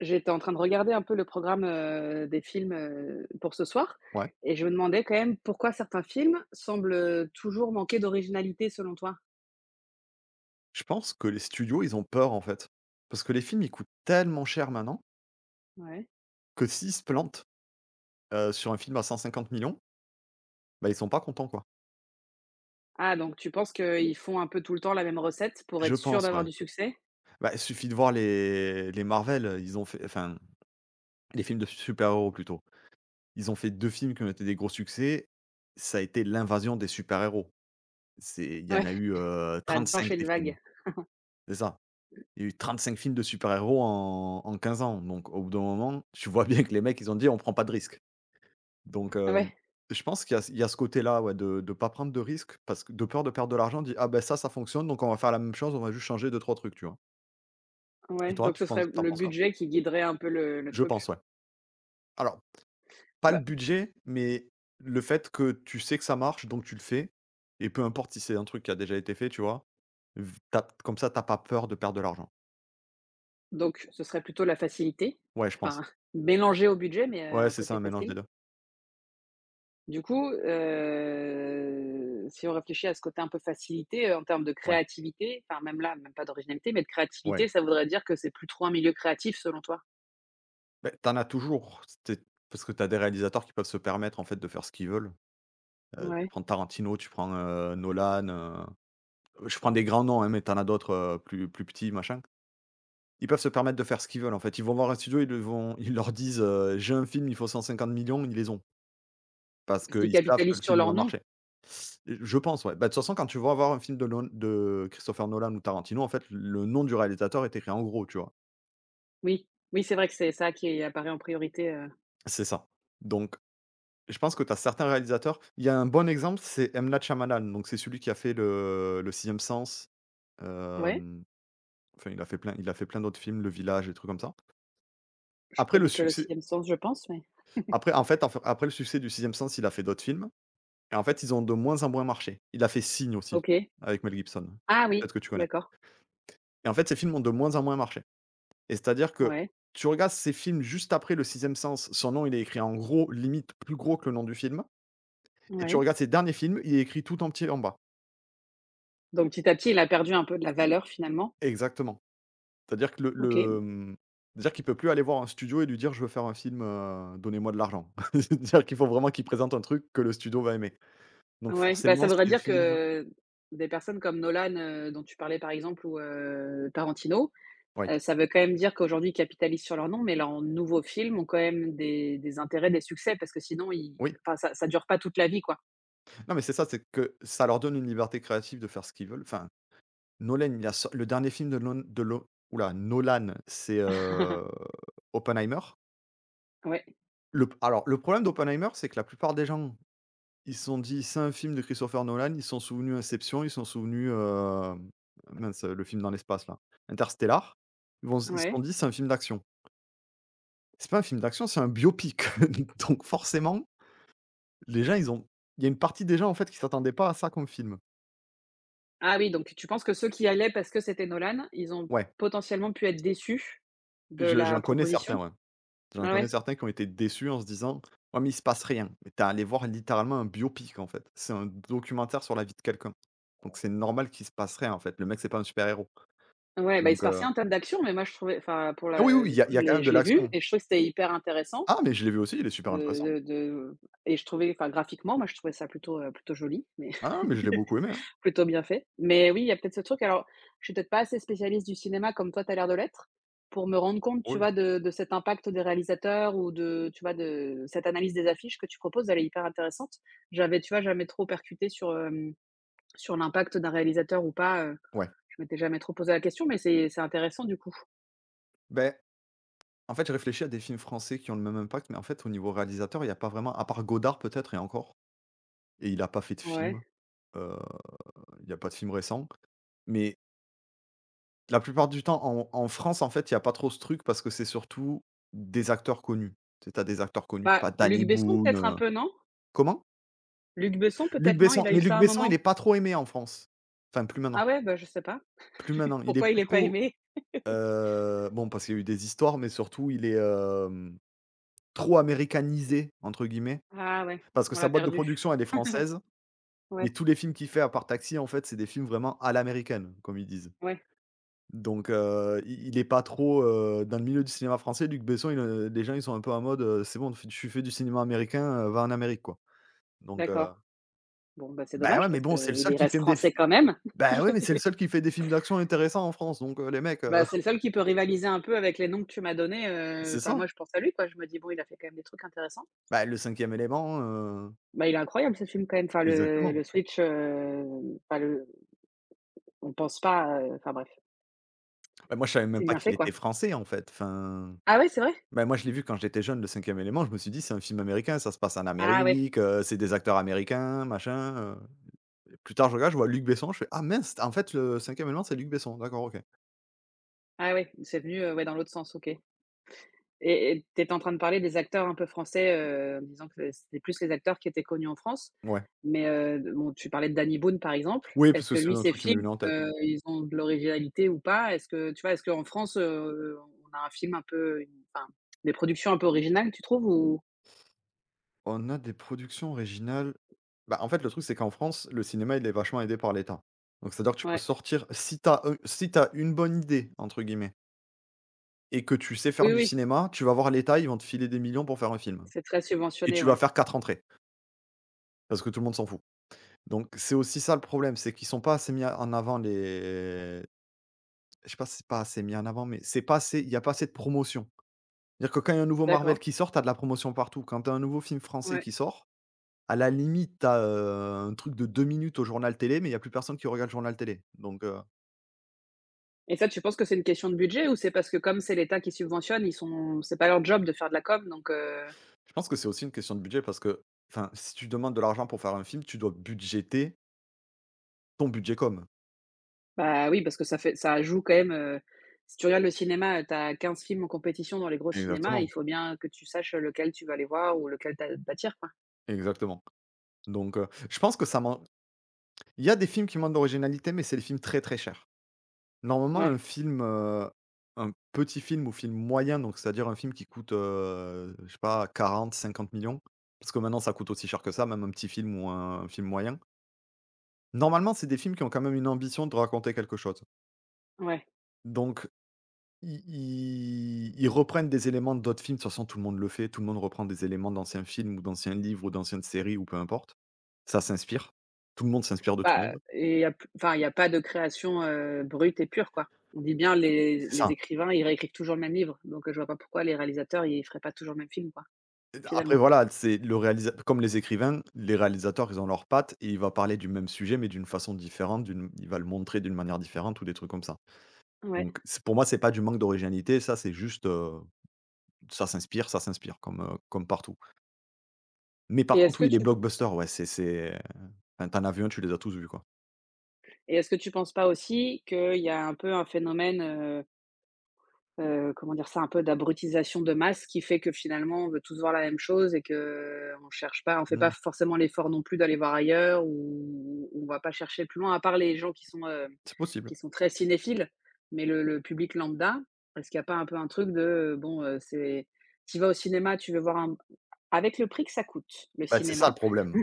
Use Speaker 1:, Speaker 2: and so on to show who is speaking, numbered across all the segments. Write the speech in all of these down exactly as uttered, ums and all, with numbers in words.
Speaker 1: J'étais en train de regarder un peu le programme, heu, des films, heu, pour ce soir
Speaker 2: Ouais.
Speaker 1: et je me demandais quand même pourquoi certains films semblent, heu, toujours manquer d'originalité selon toi?
Speaker 2: Je pense que les studios, ils ont peur, en fait. Parce que les films, ils coûtent tellement cher maintenant
Speaker 1: Ouais.
Speaker 2: que s'ils se plantent, heu, sur un film à cent cinquante millions, bah, ils sont pas contents, quoi.
Speaker 1: Ah donc tu penses qu'ils font un peu tout le temps la même recette pour
Speaker 2: Je
Speaker 1: être sûr
Speaker 2: pense, ouais.
Speaker 1: d'avoir du succès?
Speaker 2: Bah, il suffit de voir les les Marvel, ils ont fait enfin, les films de super-héros, plutôt. Ils ont fait deux films qui ont été des gros succès. Ça a été l'invasion des super-héros. C'est Il y en
Speaker 1: Ouais,
Speaker 2: a
Speaker 1: tu
Speaker 2: eu, heu,
Speaker 1: as
Speaker 2: trente-cinq
Speaker 1: déclenché
Speaker 2: des
Speaker 1: une
Speaker 2: films.
Speaker 1: vague.
Speaker 2: C'est ça. Il y a eu trente-cinq films de super-héros en en quinze ans. Donc au bout d'un moment, tu vois bien que les mecs, ils ont dit: «On prend pas de risque». Donc, hem,
Speaker 1: Ouais,
Speaker 2: je pense qu'il y a il y a ce côté-là, ouais, de de pas prendre de risques parce que de peur de perdre de l'argent, on dit: «Ah ben ça, ça fonctionne, donc on va faire la même chose, on va juste changer deux trois trucs», tu vois? Et
Speaker 1: ouais,
Speaker 2: toi,
Speaker 1: donc
Speaker 2: tu
Speaker 1: ce
Speaker 2: penses
Speaker 1: serait
Speaker 2: tu
Speaker 1: le
Speaker 2: penses quoi?
Speaker 1: budget qui guiderait un peu le le
Speaker 2: Je pense,
Speaker 1: truc?
Speaker 2: ouais. Alors, pas le
Speaker 1: Bah,
Speaker 2: budget, mais le fait que tu sais que ça marche, donc tu le fais et peu importe si c'est un truc qui a déjà été fait, tu vois? V tu comme ça, t'as pas peur de perdre de l'argent.
Speaker 1: donc ce serait plutôt la facilité?
Speaker 2: Ouais, je pense.
Speaker 1: Enfin, mélangé au budget mais, heu,
Speaker 2: Ouais,
Speaker 1: un
Speaker 2: c'est ça,
Speaker 1: côté
Speaker 2: un mélange des
Speaker 1: facile?
Speaker 2: deux.
Speaker 1: Du coup, heu, si on réfléchit à ce côté un peu facilité, heu, en termes de
Speaker 2: Ouais,
Speaker 1: créativité, enfin même là, même pas d'originalité, mais de
Speaker 2: ouais.
Speaker 1: créativité, ça voudrait dire que c'est plus trop un milieu créatif selon toi?
Speaker 2: Beh, tu as toujours, tu parce que t'as des réalisateurs qui peuvent se permettre, en fait, de faire ce qu'ils veulent. Heu, tu
Speaker 1: Ouais.
Speaker 2: prends Tarantino, tu prends, heu, Nolan. Heu, je prends des grands noms, hein, mais t'en as d'autres, heu, plus plus petits, machin. Ils peuvent se permettre de faire ce qu'ils veulent, en fait. Ils vont voir un studio, ils le vont ils leur disent, heu: «J'ai un film, il faut cent cinquante millions», ils les ont. Parce
Speaker 1: Parce qu'ils
Speaker 2: qu'ils savent que le
Speaker 1: capitalisent sur
Speaker 2: film, il va
Speaker 1: leur nom?
Speaker 2: marcher. J je pense, ouais. Bah, de toute façon, quand tu vas voir un film de Lon de Christopher Nolan ou Tarantino, en fait, le nom du réalisateur est écrit en gros, tu vois?
Speaker 1: Oui, oui, c'est vrai que c'est ça qui apparaît en priorité, heu,
Speaker 2: C'est ça. Donc je pense que tu as certains réalisateurs, il y a un bon exemple, c'est M. Night Shyamalan, donc c'est celui qui a fait le le sixième Sens.
Speaker 1: ouais,
Speaker 2: Hem Enfin, il a fait plein il a fait plein d'autres films, Le Village, des trucs comme ça.
Speaker 1: je
Speaker 2: Après le
Speaker 1: connais que le
Speaker 2: succès
Speaker 1: sixième sens, je pense, mais
Speaker 2: après en fait en fait après le succès du sixième sens, il a fait d'autres films et en fait, ils ont de moins en moins marché. Il a fait Signe aussi,
Speaker 1: OK.
Speaker 2: avec Mel Gibson.
Speaker 1: Ah oui,
Speaker 2: Peut-être que tu connais.
Speaker 1: d'accord,
Speaker 2: Et en fait, ces films ont de moins en moins marché, et c'est-à-dire que
Speaker 1: ouais.
Speaker 2: tu regardes ces films juste après le sixième sens, son nom, il est écrit en gros, limite plus gros que le nom du film, et tu
Speaker 1: Ouais.
Speaker 2: regardes ses derniers films, il est écrit tout en petit en bas.
Speaker 1: Donc petit à petit, il a perdu un peu de la valeur finalement?
Speaker 2: Exactement. C'est-à-dire que le
Speaker 1: OK.
Speaker 2: le, mmh, c'est-à-dire qu'il peut plus aller voir un studio et lui dire: «Je veux faire un film, heu, donnez-moi de l'argent». C'est-à-dire qu'il faut vraiment qu'il présente un truc que le studio va aimer. Donc
Speaker 1: Ouais, bah, ça
Speaker 2: forcément
Speaker 1: voudrait
Speaker 2: ces
Speaker 1: dire
Speaker 2: films.
Speaker 1: que des personnes comme Nolan, heu, dont tu parlais par exemple ou heu, Tarantino.
Speaker 2: Oui,
Speaker 1: Heu, ça veut quand même dire qu'aujourd'hui, ils capitalisent sur leur nom, mais leurs nouveaux films ont quand même des des intérêts, des succès parce que sinon ils
Speaker 2: oui.
Speaker 1: enfin ça ça dure pas toute la vie, quoi.
Speaker 2: Non mais c'est ça, c'est que ça leur donne une liberté créative de faire ce qu'ils veulent. Enfin, Nolan, il a sor le dernier film de Lon de Lo ouh là, Nolan, c'est, heu, Oppenheimer.
Speaker 1: Ouais,
Speaker 2: Le alors le problème d'Oppenheimer, c'est que la plupart des gens, ils se sont dit: «C'est un film de Christopher Nolan». Ils se sont souvenus Inception, ils se sont souvenus, hem, mince, euh, le film dans l'espace là, Interstellar. Ils vont s Ils se
Speaker 1: ouais.
Speaker 2: sont dit: «C'est un film d'action». C'est pas un film d'action, c'est un biopic. Donc forcément, les gens, ils ont il y a une partie des gens, en fait, qui s'attendaient pas à ça comme film.
Speaker 1: Ah oui, donc tu penses que ceux qui y allaient parce que c'était Nolan, ils ont
Speaker 2: Ouais,
Speaker 1: potentiellement pu être déçus de
Speaker 2: je j'en
Speaker 1: la
Speaker 2: connais certains,
Speaker 1: proposition?
Speaker 2: ouais. J'en
Speaker 1: Ah
Speaker 2: connais
Speaker 1: ouais?
Speaker 2: certains qui ont été déçus en se disant: «Ouais, mais il se passe rien». Mais tu allé voir littéralement un biopic, en fait. C'est un documentaire sur la vie de quelqu'un. Donc c'est normal qu'il se passe rien, en fait. Le mec, c'est pas un super héros.
Speaker 1: Ouais, bah, il se
Speaker 2: Donc.
Speaker 1: passait
Speaker 2: heu
Speaker 1: un tas d'actions, mais moi je trouvais enfin pour
Speaker 2: Ah oui,
Speaker 1: la
Speaker 2: oui, il
Speaker 1: du
Speaker 2: y a
Speaker 1: coup
Speaker 2: il y
Speaker 1: je
Speaker 2: a quand
Speaker 1: l'ai
Speaker 2: même de
Speaker 1: je l'ai vu
Speaker 2: l'action.
Speaker 1: et je trouvais que c'était hyper intéressant
Speaker 2: Ah, mais je l'ai vu aussi, il est super
Speaker 1: de
Speaker 2: intéressant.
Speaker 1: de de et je trouvais enfin graphiquement, moi je trouvais ça plutôt, heu, plutôt joli, mais
Speaker 2: Ah non, mais je l'ai beaucoup aimé, hein.
Speaker 1: plutôt bien fait. Mais oui, il y a peut-être ce truc alors, je suis peut-être pas assez spécialiste du cinéma comme toi tu as l'air de l'être, pour me rendre compte, tu
Speaker 2: Oui,
Speaker 1: vois, de de cet impact des réalisateurs ou de tu vois, de cette analyse des affiches que tu proposes, elle est hyper intéressante. J'avais, tu vois, jamais trop percuté sur, hem, sur l'impact d'un réalisateur ou pas, heu,
Speaker 2: ouais.
Speaker 1: je m'étais jamais trop posé la question, mais c'est c'est intéressant du coup.
Speaker 2: Beh, en fait, je réfléchis à des films français qui ont le même impact, mais en fait, au niveau réalisateur, il y a pas vraiment, à part Godard peut-être, et encore, et il a pas fait de
Speaker 1: Ouais.
Speaker 2: film, heu, il y a pas de film récent. Mais la plupart du temps, en en France, en fait, il y a pas trop ce truc parce que c'est surtout des acteurs connus. Tu sais, tu as des acteurs connus, je
Speaker 1: Bah,
Speaker 2: sais pas, Danny
Speaker 1: Luc Besson
Speaker 2: Boone,
Speaker 1: peut-être un
Speaker 2: heu
Speaker 1: peu, non?
Speaker 2: comment?
Speaker 1: Luc Besson
Speaker 2: Luc
Speaker 1: peut-être, non?
Speaker 2: Besson,
Speaker 1: Il a
Speaker 2: mais
Speaker 1: eu
Speaker 2: Luc
Speaker 1: ça à un
Speaker 2: Besson, il est
Speaker 1: moment?
Speaker 2: pas trop aimé en France. Enfin, plus maintenant,
Speaker 1: Ah ouais? Bah, je sais pas.
Speaker 2: plus maintenant, il est
Speaker 1: Pourquoi il
Speaker 2: plus
Speaker 1: est pas
Speaker 2: trop.
Speaker 1: aimé?
Speaker 2: Heu, bon, parce qu'il y a eu des histoires, mais surtout il est, hem, trop «américanisé» entre guillemets,
Speaker 1: Ah ouais,
Speaker 2: parce que
Speaker 1: on
Speaker 2: sa
Speaker 1: l'a
Speaker 2: boîte de
Speaker 1: perdu.
Speaker 2: production, elle est française, mais
Speaker 1: Ouais,
Speaker 2: tous les films qu'il fait à part Taxi, en fait, c'est des films vraiment à l'américaine, comme ils disent.
Speaker 1: ouais,
Speaker 2: Donc, heu, i il est pas trop, heu, dans le milieu du cinéma français, Luc Besson, il, heu, les gens, ils sont un peu en mode, heu: «C'est bon, tu fais tu fais du cinéma américain, heu, va en Amérique, quoi». Donc, heu,
Speaker 1: d'accord. Bon, bah, c'est
Speaker 2: bah, ouais,
Speaker 1: dommage
Speaker 2: mais
Speaker 1: parce
Speaker 2: bon, c'est le
Speaker 1: qu'il
Speaker 2: seul
Speaker 1: y
Speaker 2: qui
Speaker 1: reste
Speaker 2: fait des fi
Speaker 1: français quand même.
Speaker 2: bah, ouais, mais c'est le seul qui fait des films d'action intéressants en France, donc, heu, les mecs, heu,
Speaker 1: Bah, c'est le seul qui peut rivaliser un peu avec les noms que tu m'as donnés, heu,
Speaker 2: c'est
Speaker 1: enfin
Speaker 2: ça.
Speaker 1: moi je pense à lui quoi, je me dis: «Bon il a fait quand même des trucs intéressants».
Speaker 2: Bah, Le Cinquième Élément, heu
Speaker 1: Bah, il est incroyable ce film quand même, enfin le
Speaker 2: Exactement.
Speaker 1: le switch, heu, enfin le on pense pas, heu, enfin bref,
Speaker 2: Bah, moi, je savais même
Speaker 1: c'est
Speaker 2: pas
Speaker 1: bien
Speaker 2: qu'il
Speaker 1: fait
Speaker 2: était
Speaker 1: quoi.
Speaker 2: français, en fait. Enfin,
Speaker 1: Ah ouais, c'est vrai?
Speaker 2: ben moi, je l'ai vu quand j'étais jeune, Le Cinquième Élément, je me suis dit: «C'est un film américain, ça se passe en
Speaker 1: Ah ouais,
Speaker 2: Amérique, heu, c'est des acteurs américains, machin, heu». Plus tard, je regarde, je vois Luc Besson, je fais: «Ah mince, en fait, Le Cinquième Élément, c'est Luc Besson, d'accord, OK».
Speaker 1: ah ouais, c'est venu, heu, ouais dans l'autre sens, OK. Et et tu étais en train de parler des acteurs un peu français, heu, en disant que c'était plus les acteurs qui étaient connus en France.
Speaker 2: Ouais.
Speaker 1: Mais, heu, bon, tu parlais de Danny Boone, par exemple.
Speaker 2: Oui, parce
Speaker 1: Est-ce
Speaker 2: que
Speaker 1: que
Speaker 2: c'est
Speaker 1: lui,
Speaker 2: un
Speaker 1: ses
Speaker 2: truc qui m'est
Speaker 1: films,
Speaker 2: venu en tête.
Speaker 1: heu, ils ont de l'originalité ou pas? Est-ce que tu vois, est-ce qu'en France, heu, on a un film un peu une enfin, des productions un peu originales, tu trouves ou?
Speaker 2: On a des productions originales. Bah, en fait, le truc, c'est qu'en France, le cinéma, il est vachement aidé par l'État. Donc c'est-à-dire que tu peux
Speaker 1: Ouais.
Speaker 2: sortir si t'as un si t'as «une bonne idée» entre guillemets, et que tu sais faire
Speaker 1: Oui,
Speaker 2: du
Speaker 1: oui,
Speaker 2: cinéma, tu vas voir l'État, ils vont te filer des millions pour faire un film
Speaker 1: c'est très
Speaker 2: et
Speaker 1: subventionné,
Speaker 2: tu vas
Speaker 1: ouais.
Speaker 2: faire quatre entrées. Parce que tout le monde s'en fout. Donc c'est aussi ça le problème, c'est qu'ils sont pas assez mis en avant les je sais pas si c'est pas assez mis en avant, mais c'est pas assez il y a pas assez de promotion. C'est-à-dire que quand il y a un nouveau Marvel
Speaker 1: D'accord,
Speaker 2: qui sort, t'as de la promotion partout. Quand t'as un nouveau film français
Speaker 1: ouais.
Speaker 2: qui sort, à la limite, t'as as, un truc de deux minutes au journal télé, mais il y a plus personne qui regarde le journal télé. Donc, heu,
Speaker 1: Et ça, tu penses que c'est une question de budget ou c'est parce que comme c'est l'État qui subventionne, ils sont c'est pas leur job de faire de la com, donc, heu.
Speaker 2: je pense que c'est aussi une question de budget parce que, enfin, si tu demandes de l'argent pour faire un film, tu dois budgéter ton budget com.
Speaker 1: Bah, oui, parce que ça fait ça joue quand même, heu, si tu regardes le cinéma, heu, tu as quinze films en compétition dans les gros cinémas,
Speaker 2: Exactement,
Speaker 1: il faut bien que tu saches, lequel tu vas aller voir ou lequel t'a t'attire, quoi.
Speaker 2: exactement. Donc, heu, je pense que ça manque il y a des films qui manquent d'originalité, mais c'est des films très, très chers. Normalement, un
Speaker 1: Ouais,
Speaker 2: film, heu, un petit film ou film moyen, donc c'est-à-dire un film qui coûte, heu, je sais pas, quarante, cinquante millions, parce que maintenant ça coûte aussi cher que ça, même un petit film ou un film moyen. Normalement, c'est des films qui ont quand même une ambition de raconter quelque chose.
Speaker 1: ouais.
Speaker 2: Donc i i ils reprennent des éléments d'autres films, de toute façon tout le monde le fait, tout le monde reprend des éléments d'anciens films ou d'anciens livres ou d'anciennes séries ou peu importe. Ça s'inspire. Tout le monde s'inspire de tout le
Speaker 1: Bah,
Speaker 2: monde.
Speaker 1: et y a p enfin, il y a pas de création, heu, brute et pure, quoi. On dit bien les
Speaker 2: C'est
Speaker 1: les
Speaker 2: ça.
Speaker 1: écrivains, ils réécrivent toujours le même livre, donc heu, je vois pas pourquoi les réalisateurs, ils feraient pas toujours le même film, quoi,
Speaker 2: Après
Speaker 1: finalement.
Speaker 2: voilà, c'est le réalisa comme les écrivains, les réalisateurs, ils ont leurs pattes et il va parler du même sujet, mais d'une façon différente, d'une il va le montrer d'une manière différente ou des trucs comme ça.
Speaker 1: Ouais
Speaker 2: Donc c'est pour moi, c'est pas du manque d'originalité, ça c'est juste, heu, ça s'inspire ça s'inspire comme, heu, comme partout. Mais par
Speaker 1: et est-ce
Speaker 2: contre
Speaker 1: que
Speaker 2: oui, les
Speaker 1: tu
Speaker 2: blockbusters, ouais, c'est c'est enfin, tu en as vu un, tu les as tous vus, quoi.
Speaker 1: et est-ce que tu penses pas aussi qu'il y a un peu un phénomène, heu, comment dire ça? Un peu d'abrutisation de masse qui fait que finalement on veut tous voir la même chose et que on cherche pas on fait pas
Speaker 2: Mmh.
Speaker 1: forcément l'effort non plus d'aller voir ailleurs ou on va pas chercher plus loin à part les gens qui sont, heu,
Speaker 2: C'est possible.
Speaker 1: qui sont très cinéphiles, mais le le public lambda, est-ce qu'il y a pas un peu un truc de, heu, bon, heu, c'est tu vas au cinéma, tu veux voir un avec le prix que ça coûte, le
Speaker 2: Bah, c'est ça le
Speaker 1: cinéma,
Speaker 2: problème.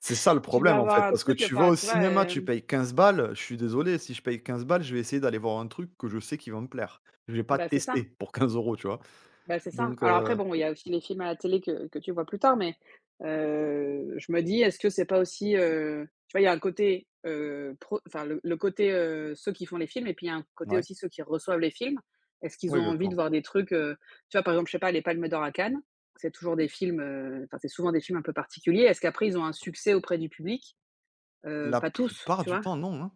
Speaker 2: C'est ça le
Speaker 1: tu veux
Speaker 2: problème, en
Speaker 1: avoir
Speaker 2: fait,
Speaker 1: un
Speaker 2: parce que
Speaker 1: truc,
Speaker 2: tu vas
Speaker 1: enfin,
Speaker 2: au
Speaker 1: tu vois,
Speaker 2: cinéma, tu
Speaker 1: hem?
Speaker 2: payes quinze balles, je suis désolé, si je paye quinze balles, je vais essayer d'aller voir un truc que je sais qui va me plaire. Je vais pas
Speaker 1: Bah, c'est ça.
Speaker 2: tester pour quinze euros, tu vois?
Speaker 1: Bah, c'est ça.
Speaker 2: Donc
Speaker 1: Alors après,
Speaker 2: heu,
Speaker 1: bon, il y a aussi les films à la télé que que tu vois plus tard, mais heu, je me dis: «Est-ce que c'est pas aussi, heu» tu vois, il y a un côté, heu, pro enfin le le côté, heu, ceux qui font les films et puis il y a un côté
Speaker 2: ouais,
Speaker 1: aussi ceux qui reçoivent les films. Est-ce qu'ils
Speaker 2: ouais,
Speaker 1: ont envie de
Speaker 2: exactement.
Speaker 1: voir des trucs, heu, tu vois, par exemple, je sais pas, les Palmes d'or à Cannes, c'est toujours des films, heu, enfin, c'est souvent des films un peu particuliers. Est-ce qu'après ils ont un succès auprès du public? Heu,
Speaker 2: La
Speaker 1: pas tous,
Speaker 2: plupart
Speaker 1: tu
Speaker 2: du
Speaker 1: vois?
Speaker 2: temps, non, hein.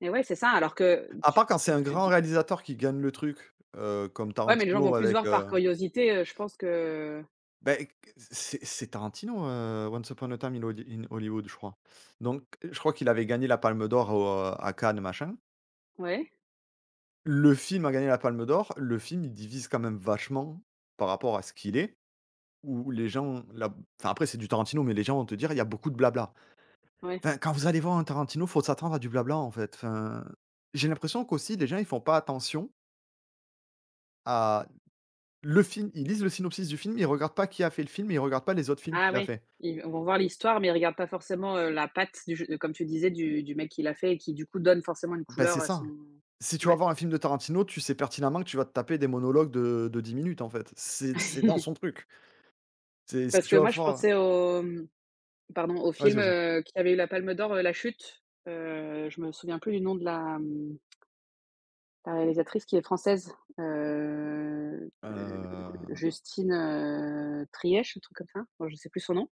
Speaker 1: Mais ouais, c'est ça, alors que
Speaker 2: À
Speaker 1: tu
Speaker 2: part quand c'est
Speaker 1: tu
Speaker 2: un
Speaker 1: tu
Speaker 2: grand
Speaker 1: dis
Speaker 2: réalisateur qui gagne le truc, heu, comme
Speaker 1: ouais, mais les gens
Speaker 2: Tarantino
Speaker 1: vont plus
Speaker 2: avec,
Speaker 1: voir
Speaker 2: heu,
Speaker 1: par curiosité, heu, je pense que
Speaker 2: beh, c'est c'est Tarantino, heu, Once Upon a Time in Holly in Hollywood, je crois. Donc, je crois qu'il avait gagné la Palme d'or au euh, à Cannes, machin.
Speaker 1: ouais,
Speaker 2: Le film a gagné la Palme d'or, le film il divise quand même vachement par rapport à ce qu'il est, où les gens la enfin après c'est du Tarantino, mais les gens vont te dire: «Il y a beaucoup de blabla».
Speaker 1: ouais.
Speaker 2: Enfin, quand vous allez voir un Tarantino, faut s'attendre à du blabla en fait. Enfin, j'ai l'impression qu'aussi les gens ils font pas attention à le film, ils lisent le synopsis du film, ils regardent pas qui a fait le film, ils regardent pas les autres films
Speaker 1: Ah
Speaker 2: qu'il a
Speaker 1: ouais,
Speaker 2: fait.
Speaker 1: ils vont voir l'histoire, mais ils regardent pas forcément, heu, la patte du jeu comme tu disais du du mec qui l'a fait et qui du coup donne forcément une
Speaker 2: Ben c'est
Speaker 1: couleur à son
Speaker 2: ça. Si tu vas
Speaker 1: ouais.
Speaker 2: voir un film de Tarantino, tu sais pertinemment que tu vas te taper des monologues de de dix minutes en fait. C'est c'est dans son truc. C'est si
Speaker 1: Parce
Speaker 2: tu
Speaker 1: que
Speaker 2: vas
Speaker 1: moi je
Speaker 2: voir
Speaker 1: pensais au, mmh, pardon, au
Speaker 2: Vas-y,
Speaker 1: film,
Speaker 2: vas-y.
Speaker 1: heu, qui avait eu la Palme d'or, heu, La Chute, heu, je me souviens plus du nom de la, mmh, la réalisatrice qui est française, heu, heu,
Speaker 2: Heu,
Speaker 1: Justine, heu, Trièche, un truc comme ça? Bon je sais plus son nom,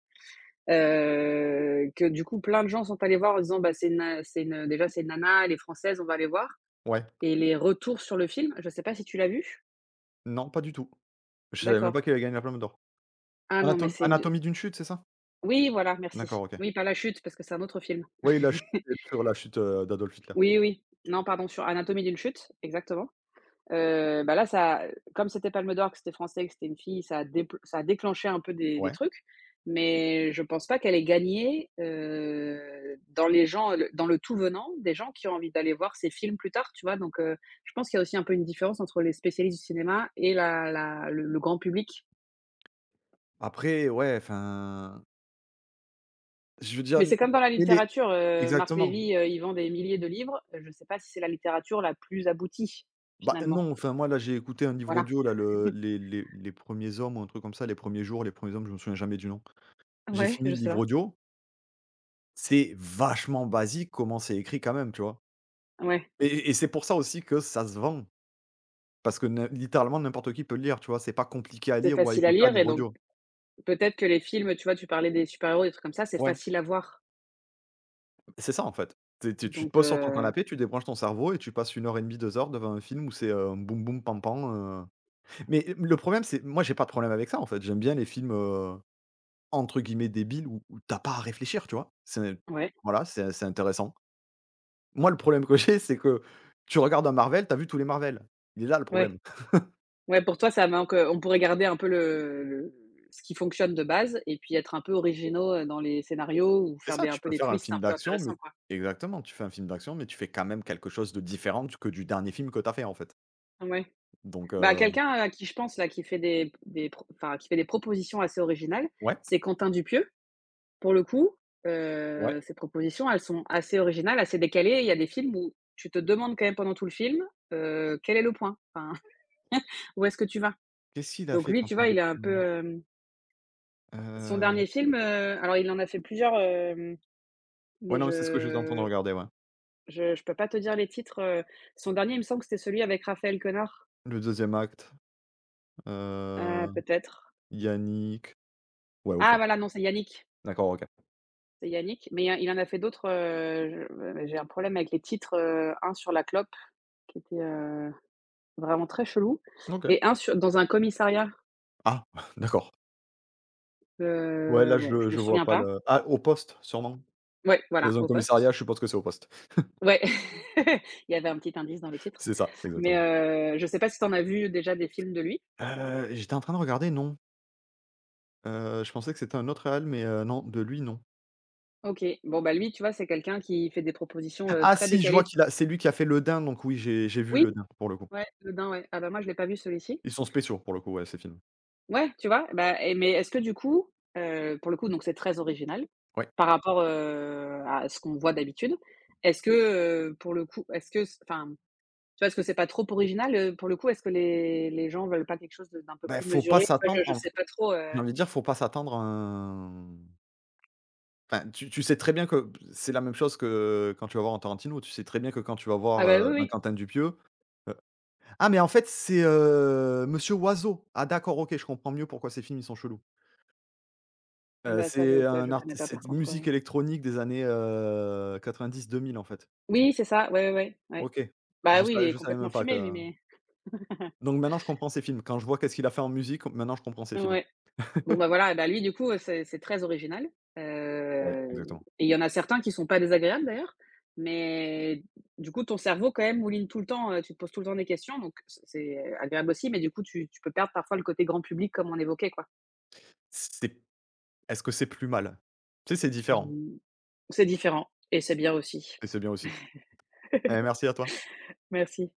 Speaker 1: heu, que du coup plein de gens sont allés voir en disant: «Bah c'est une, heu, c'est une, heu, déjà c'est une nana, elle est française, on va aller voir».
Speaker 2: ouais.
Speaker 1: Et les retours sur le film, je sais pas si tu l'as vu?
Speaker 2: Non, pas du tout. Je savais même
Speaker 1: D'accord.
Speaker 2: pas qu'il avait gagné la Palme d'or.
Speaker 1: Ah non, mais
Speaker 2: Anatom
Speaker 1: c'est une
Speaker 2: Anatomie d'une chute, c'est ça?
Speaker 1: oui, voilà, merci.
Speaker 2: D'accord, OK.
Speaker 1: Oui, pas La Chute, parce que c'est un autre film.
Speaker 2: Oui, la chute sur la chute, heu, d'Adolf Hitler.
Speaker 1: Oui, oui. Non, pardon, sur Anatomie d'une chute, exactement. Heu, bah, là, ça comme c'était Palme d'or, que c'était français, que c'était une fille, ça a dépl ça a déclenché un peu des des
Speaker 2: Ouais.
Speaker 1: trucs, mais je pense pas qu'elle ait gagné, heu, dans les gens, le dans le tout venant, des gens qui ont envie d'aller voir ces films plus tard, tu vois? Donc heu, je pense qu'il y a aussi un peu une différence entre les spécialistes du cinéma et la la le le grand public.
Speaker 2: Après, ouais, enfin, je veux dire,
Speaker 1: Mais c'est comme dans la
Speaker 2: mais les
Speaker 1: littérature, heu, Marc
Speaker 2: exactement.
Speaker 1: Lévy, heu, il vend des milliers de livres. Euh, Je sais pas si c'est la littérature la plus aboutie,
Speaker 2: Bah,
Speaker 1: finalement.
Speaker 2: non, enfin, moi, là, j'ai écouté un livre
Speaker 1: Voilà.
Speaker 2: audio, là, le les les les premiers hommes ou un truc comme ça, les premiers jours, les premiers hommes, je me souviens jamais du nom. J'ai
Speaker 1: Ouais.
Speaker 2: fini
Speaker 1: Je
Speaker 2: le
Speaker 1: sais
Speaker 2: livre
Speaker 1: pas.
Speaker 2: audio, c'est vachement basique comment c'est écrit quand même, tu vois?
Speaker 1: Ouais,
Speaker 2: Et et et c'est pour ça aussi que ça se vend, parce que nim littéralement n'importe qui peut le lire, tu vois? C'est pas compliqué à
Speaker 1: c'est
Speaker 2: lire ou à
Speaker 1: facile à
Speaker 2: écouter un
Speaker 1: lire et
Speaker 2: livre
Speaker 1: donc
Speaker 2: audio.
Speaker 1: peut-être que les films, tu vois, tu parlais des super-héros, des trucs comme ça, c'est
Speaker 2: Ouais.
Speaker 1: facile à voir.
Speaker 2: C'est ça en fait. Tu es tu te
Speaker 1: Donc
Speaker 2: poses sur ton
Speaker 1: heu,
Speaker 2: canapé, tu débranches ton cerveau et tu passes une heure et demie, deux heures devant un film où c'est, heu, boum boum pam pam, heu, mais euh, le problème c'est moi j'ai pas de problème avec ça en fait. J'aime bien les films, heu, entre guillemets «débiles» où où tu pas à réfléchir, tu vois? C'est
Speaker 1: ouais,
Speaker 2: voilà, c'est c'est intéressant. Moi le problème que j'ai c'est que tu regardes un Marvel, t'as vu tous les Marvel. Il est là le problème.
Speaker 1: ouais, ouais, pour toi, ça manque, heu, on pourrait garder un peu le le ce qui fonctionne de base et puis être un peu originaux, heu, dans les scénarios ou
Speaker 2: C'est
Speaker 1: faire
Speaker 2: ça,
Speaker 1: des un
Speaker 2: tu
Speaker 1: peu
Speaker 2: peux
Speaker 1: des
Speaker 2: faire un
Speaker 1: twists
Speaker 2: film
Speaker 1: un peu
Speaker 2: d'action mais
Speaker 1: intéressants, quoi?
Speaker 2: exactement, tu fais un film d'action mais tu fais quand même quelque chose de différent que du dernier film que t'as fait en fait.
Speaker 1: Ouais.
Speaker 2: Donc
Speaker 1: Bah,
Speaker 2: heu,
Speaker 1: quelqu'un à qui je pense là, qui fait des des pro enfin, qui fait des propositions assez originales,
Speaker 2: ouais,
Speaker 1: c'est Quentin Dupieux, pour le coup.
Speaker 2: ouais.
Speaker 1: Heu, ses propositions, elles sont assez originales, assez décalées. Il y a des films où tu te demandes quand même pendant tout le film, heu, quel est le point? Enfin, où est-ce que tu vas?
Speaker 2: Qu'est-ce qu'il a
Speaker 1: Donc
Speaker 2: fait
Speaker 1: lui, tu
Speaker 2: Quentin
Speaker 1: vois, il est un
Speaker 2: Dupieux?
Speaker 1: peu, hem son
Speaker 2: Heu,
Speaker 1: dernier film, heu, alors il en a fait plusieurs, hem,
Speaker 2: ouais,
Speaker 1: mais
Speaker 2: non, mais c'est ce que j'étais en train de
Speaker 1: je
Speaker 2: regarder, ouais.
Speaker 1: je je peux pas te dire les titres, heu. Son dernier, il me semble que c'était celui avec Raphaël Quenard,
Speaker 2: Le deuxième acte,
Speaker 1: heu,
Speaker 2: heu,
Speaker 1: peut-être.
Speaker 2: Yannick. Ouais, OK.
Speaker 1: Ah voilà, non, c'est Yannick.
Speaker 2: D'accord, OK.
Speaker 1: C'est Yannick, mais il il en a fait d'autres, heu, je j'ai un problème avec les titres, heu, un sur la clope qui était, heu, vraiment très chelou
Speaker 2: OK.
Speaker 1: et un sur dans un commissariat,
Speaker 2: Ah! D'accord. Ouais, là,
Speaker 1: heu, bon, je
Speaker 2: je
Speaker 1: me
Speaker 2: je vois
Speaker 1: souviens
Speaker 2: pas
Speaker 1: pas.
Speaker 2: le Ah, Au Poste, sûrement?
Speaker 1: Ouais, voilà,
Speaker 2: Dans un
Speaker 1: au
Speaker 2: commissariat,
Speaker 1: poste.
Speaker 2: je suppose que c'est Au Poste.
Speaker 1: Ouais, il y avait un petit indice dans le titre,
Speaker 2: C'est ça,
Speaker 1: mais
Speaker 2: exactement.
Speaker 1: heu, je sais pas si tu en as vu déjà des films de lui?
Speaker 2: Heu, j'étais en train de regarder, non. Heu, je pensais que c'était un autre réal, mais heu, non, de lui, non.
Speaker 1: OK, bon, bah, lui, tu vois, c'est quelqu'un qui fait des propositions, heu,
Speaker 2: Ah
Speaker 1: très
Speaker 2: si, je vois
Speaker 1: décalées.
Speaker 2: qu'il a c'est lui qui a fait Le Dain, donc oui, j'ai j'ai vu
Speaker 1: Oui,
Speaker 2: Le Dain, pour le coup.
Speaker 1: ouais, Dodin, ouais. Ah, bah, moi, je l'ai pas vu celui-ci.
Speaker 2: Ils sont spéciaux, pour le coup, ouais, ces films.
Speaker 1: Ouais, tu vois? Bah et mais est-ce que du coup, heu, pour le coup, donc c'est très original
Speaker 2: Ouais.
Speaker 1: par rapport, heu, à ce qu'on voit d'habitude. Est-ce que, heu, pour le coup, est-ce que s enfin, tu vois, est-ce que c'est pas trop original, heu, pour le coup? Est-ce que les les gens veulent pas quelque chose de d'un peu
Speaker 2: ben
Speaker 1: plus
Speaker 2: faut pas
Speaker 1: mesuré? Tu vois,
Speaker 2: s'attendre
Speaker 1: je je
Speaker 2: en
Speaker 1: sais pas trop,
Speaker 2: J'ai
Speaker 1: heu
Speaker 2: envie de dire, faut pas s'attendre à un, enfin, tu tu sais très bien que c'est la même chose que quand tu vas voir un Tarantino. Tu sais très bien que quand tu vas voir,
Speaker 1: ah bah, oui,
Speaker 2: heu, un
Speaker 1: oui.
Speaker 2: Quentin Dupieux, heu: «Ah mais en fait c'est, heu, Monsieur Oiseau. Ah d'accord, OK, je comprends mieux pourquoi ces films ils sont chelous».
Speaker 1: Ah
Speaker 2: Heu,
Speaker 1: bah, ça
Speaker 2: c'est
Speaker 1: je co
Speaker 2: un
Speaker 1: je
Speaker 2: art
Speaker 1: connais pas par
Speaker 2: c'est de
Speaker 1: contre, heu
Speaker 2: musique électronique des années, heu, quatre-vingt-dix-deux mille en fait.
Speaker 1: oui, c'est ça, ouais, ouais, ouais, ouais.
Speaker 2: OK.
Speaker 1: Bah,
Speaker 2: Je
Speaker 1: oui, il
Speaker 2: savais
Speaker 1: est
Speaker 2: je savais
Speaker 1: complètement
Speaker 2: même pas que
Speaker 1: fumé lui, mais
Speaker 2: donc maintenant je comprends ses films. Quand je vois qu'est-ce qu'il a fait en musique, maintenant je comprends ses films.
Speaker 1: ouais. Bon, bah, voilà, bah, lui du coup, heu, c'est c'est très original,
Speaker 2: Oui,
Speaker 1: heu
Speaker 2: exactement.
Speaker 1: et il y en a certains qui sont pas désagréables d'ailleurs, mais du coup, ton cerveau quand même mouline tout le temps, heu, tu te poses tout le temps des questions donc c c'est agréable aussi, mais du coup, tu tu peux perdre parfois le côté grand public comme on évoquait quoi.
Speaker 2: C'est est-ce que c'est plus mal? Tu sais, c'est différent
Speaker 1: Du c'est différent et c'est bien aussi.
Speaker 2: et c'est bien aussi. Eh merci à toi.
Speaker 1: Merci.